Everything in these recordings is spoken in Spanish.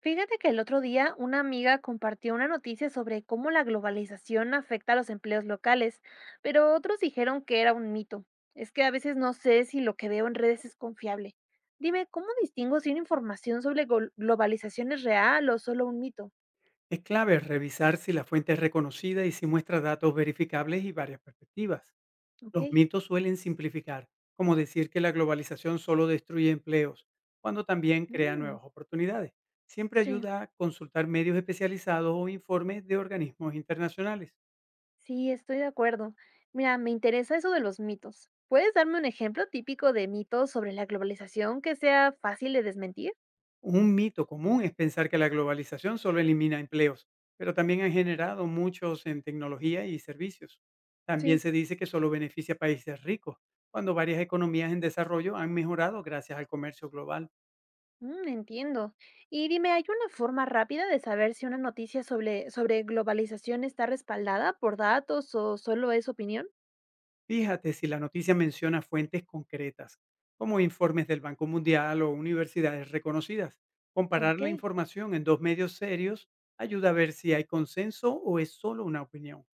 Fíjate que el otro día una amiga compartió una noticia sobre cómo la globalización afecta a los empleos locales, pero otros dijeron que era un mito. Es que a veces no sé si lo que veo en redes es confiable. Dime, ¿cómo distingo si una información sobre globalización es real o solo un mito? Es clave revisar si la fuente es reconocida y si muestra datos verificables y varias perspectivas. Ok. Los mitos suelen simplificar, como decir que la globalización solo destruye empleos, cuando también crea mm, nuevas oportunidades. Siempre sí, ayuda a consultar medios especializados o informes de organismos internacionales. sí, estoy de acuerdo. Mira, me interesa eso de los mitos. ¿Puedes darme un ejemplo típico de mitos sobre la globalización que sea fácil de desmentir? Un mito común es pensar que la globalización solo elimina empleos, pero también han generado muchos en tecnología y servicios. También Sí. se dice que solo beneficia a países ricos, cuando varias economías en desarrollo han mejorado gracias al comercio global. Mm, entiendo. Y dime, ¿hay una forma rápida de saber si una noticia sobre globalización está respaldada por datos o solo es opinión? Fíjate si la noticia menciona fuentes concretas, como informes del Banco Mundial o universidades reconocidas. Comparar Ok, la información en dos medios serios ayuda a ver si hay consenso o es solo una opinión.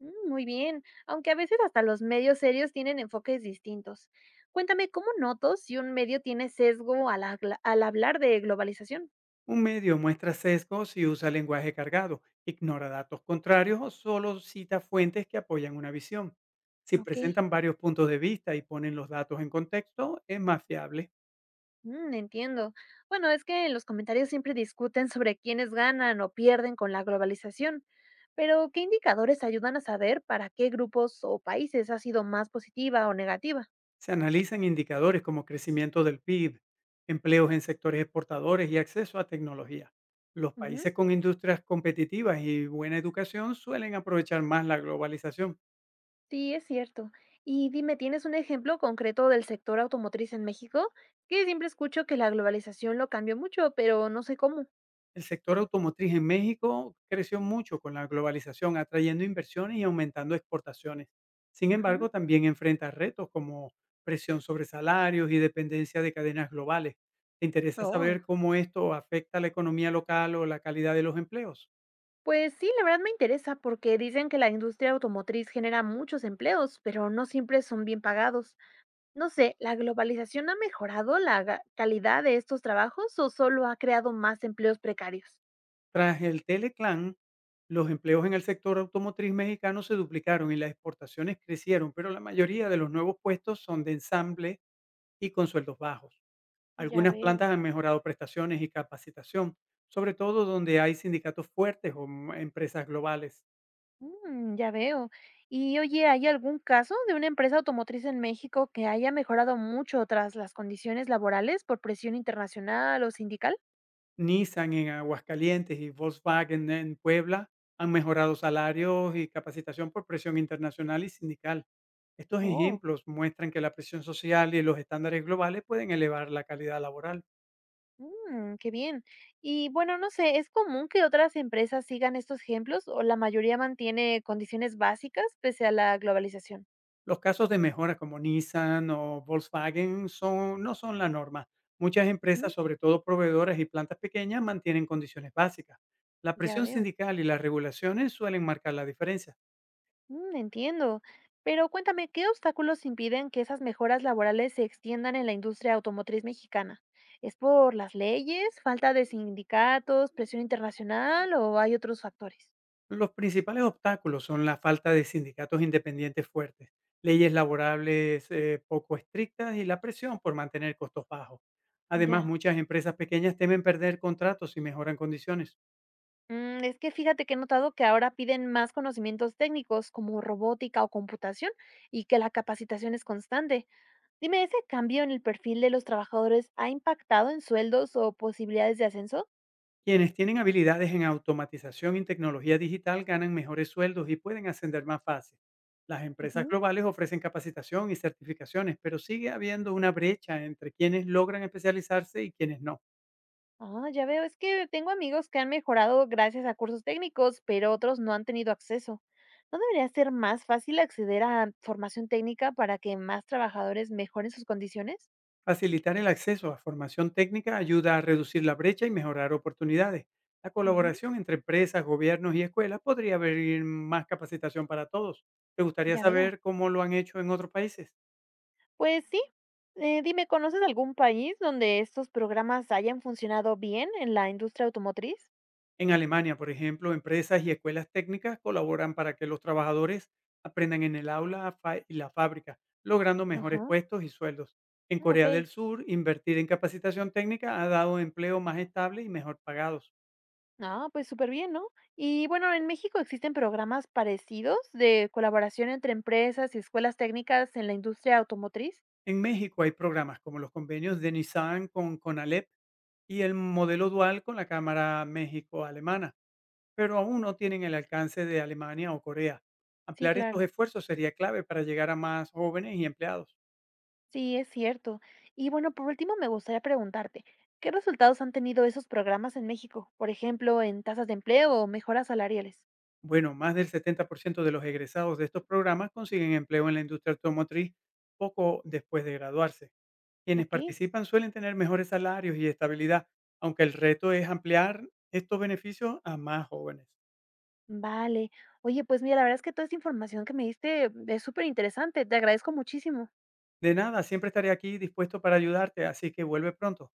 mm, muy bien. Aunque a veces hasta los medios serios tienen enfoques distintos. Cuéntame, ¿cómo noto si un medio tiene sesgo al hablar de globalización? Un medio muestra sesgos y usa lenguaje cargado, ignora datos contrarios o solo cita fuentes que apoyan una visión. Si Ok. presentan varios puntos de vista y ponen los datos en contexto, es más fiable. Mm, entiendo. Bueno, es que en los comentarios siempre discuten sobre quiénes ganan o pierden con la globalización, pero ¿qué indicadores ayudan a saber para qué grupos o países ha sido más positiva o negativa? Se analizan indicadores como crecimiento del PIB, empleos en sectores exportadores y acceso a tecnología. Los Ujú, países con industrias competitivas y buena educación suelen aprovechar más la globalización. sí, es cierto. Y dime, ¿tienes un ejemplo concreto del sector automotriz en México? Que siempre escucho que la globalización lo cambió mucho, pero no sé cómo. El sector automotriz en México creció mucho con la globalización, atrayendo inversiones y aumentando exportaciones. Sin Ujú. embargo, también enfrenta retos como presión sobre salarios y dependencia de cadenas globales. ¿Te interesa Oh, saber cómo esto afecta a la economía local o la calidad de los empleos? pues sí, la verdad me interesa porque dicen que la industria automotriz genera muchos empleos, pero no siempre son bien pagados. No sé, ¿la globalización ha mejorado la calidad de estos trabajos o solo ha creado más empleos precarios? Tras el Teleclan, los empleos en el sector automotriz mexicano se duplicaron y las exportaciones crecieron, pero la mayoría de los nuevos puestos son de ensamble y con sueldos bajos. Ya Algunas veo. plantas han mejorado prestaciones y capacitación, sobre todo donde hay sindicatos fuertes o empresas globales. Mm, ya veo. Y oye, ¿hay algún caso de una empresa automotriz en México que haya mejorado mucho tras las condiciones laborales por presión internacional o sindical? Nissan en Aguascalientes y Volkswagen en Puebla han mejorado salarios y capacitación por presión internacional y sindical. Estos Oh, ejemplos muestran que la presión social y los estándares globales pueden elevar la calidad laboral. mm, qué bien. Y bueno, no sé, ¿es común que otras empresas sigan estos ejemplos o la mayoría mantiene condiciones básicas pese a la globalización? Los casos de mejora como Nissan o Volkswagen son, no son la norma. Muchas empresas, Ujú, sobre todo proveedoras y plantas pequeñas, mantienen condiciones básicas. La ya presión veo. sindical y las regulaciones suelen marcar la diferencia. Mm, entiendo. Pero cuéntame, ¿qué obstáculos impiden que esas mejoras laborales se extiendan en la industria automotriz mexicana? ¿Es por las leyes, falta de sindicatos, presión internacional o hay otros factores? Los principales obstáculos son la falta de sindicatos independientes fuertes, leyes laborales poco estrictas y la presión por mantener costos bajos. Además, Ya. muchas empresas pequeñas temen perder contratos si mejoran condiciones. Mm, es que fíjate que he notado que ahora piden más conocimientos técnicos como robótica o computación y que la capacitación es constante. Dime, ¿ese cambio en el perfil de los trabajadores ha impactado en sueldos o posibilidades de ascenso? Quienes tienen habilidades en automatización y tecnología digital ganan mejores sueldos y pueden ascender más fácil. Las empresas Ujú. globales ofrecen capacitación y certificaciones, pero sigue habiendo una brecha entre quienes logran especializarse y quienes no. Ah, ya veo, es que tengo amigos que han mejorado gracias a cursos técnicos, pero otros no han tenido acceso. ¿No debería ser más fácil acceder a formación técnica para que más trabajadores mejoren sus condiciones? Facilitar el acceso a formación técnica ayuda a reducir la brecha y mejorar oportunidades. La Ujú, colaboración entre empresas, gobiernos y escuelas podría abrir más capacitación para todos. ¿Te gustaría ya veo. saber cómo lo han hecho en otros países? Pues sí. Dime, ¿conoces algún país donde estos programas hayan funcionado bien en la industria automotriz? En Alemania, por ejemplo, empresas y escuelas técnicas colaboran para que los trabajadores aprendan en el aula y la fábrica, logrando mejores Ajá, puestos y sueldos. En ah, ok. Corea del Sur, invertir en capacitación técnica ha dado empleo más estable y mejor pagados. Ah, pues súper bien, ¿no? Y bueno, en México existen programas parecidos de colaboración entre empresas y escuelas técnicas en la industria automotriz. En México hay programas como los convenios de Nissan con Conalep y el modelo dual con la Cámara México-Alemana, pero aún no tienen el alcance de Alemania o Corea. Sí, Ampliar estos claro. esfuerzos sería clave para llegar a más jóvenes y empleados. Sí, es cierto. Y bueno, por último, me gustaría preguntarte, ¿qué resultados han tenido esos programas en México? Por ejemplo, en tasas de empleo o mejoras salariales. Bueno, más del 70% de los egresados de estos programas consiguen empleo en la industria automotriz poco después de graduarse. Quienes Ok, participan suelen tener mejores salarios y estabilidad, aunque el reto es ampliar estos beneficios a más jóvenes. vale. Oye, pues mira, la verdad es que toda esta información que me diste es súper interesante. Te agradezco muchísimo. De nada, siempre estaré aquí dispuesto para ayudarte, así que vuelve pronto.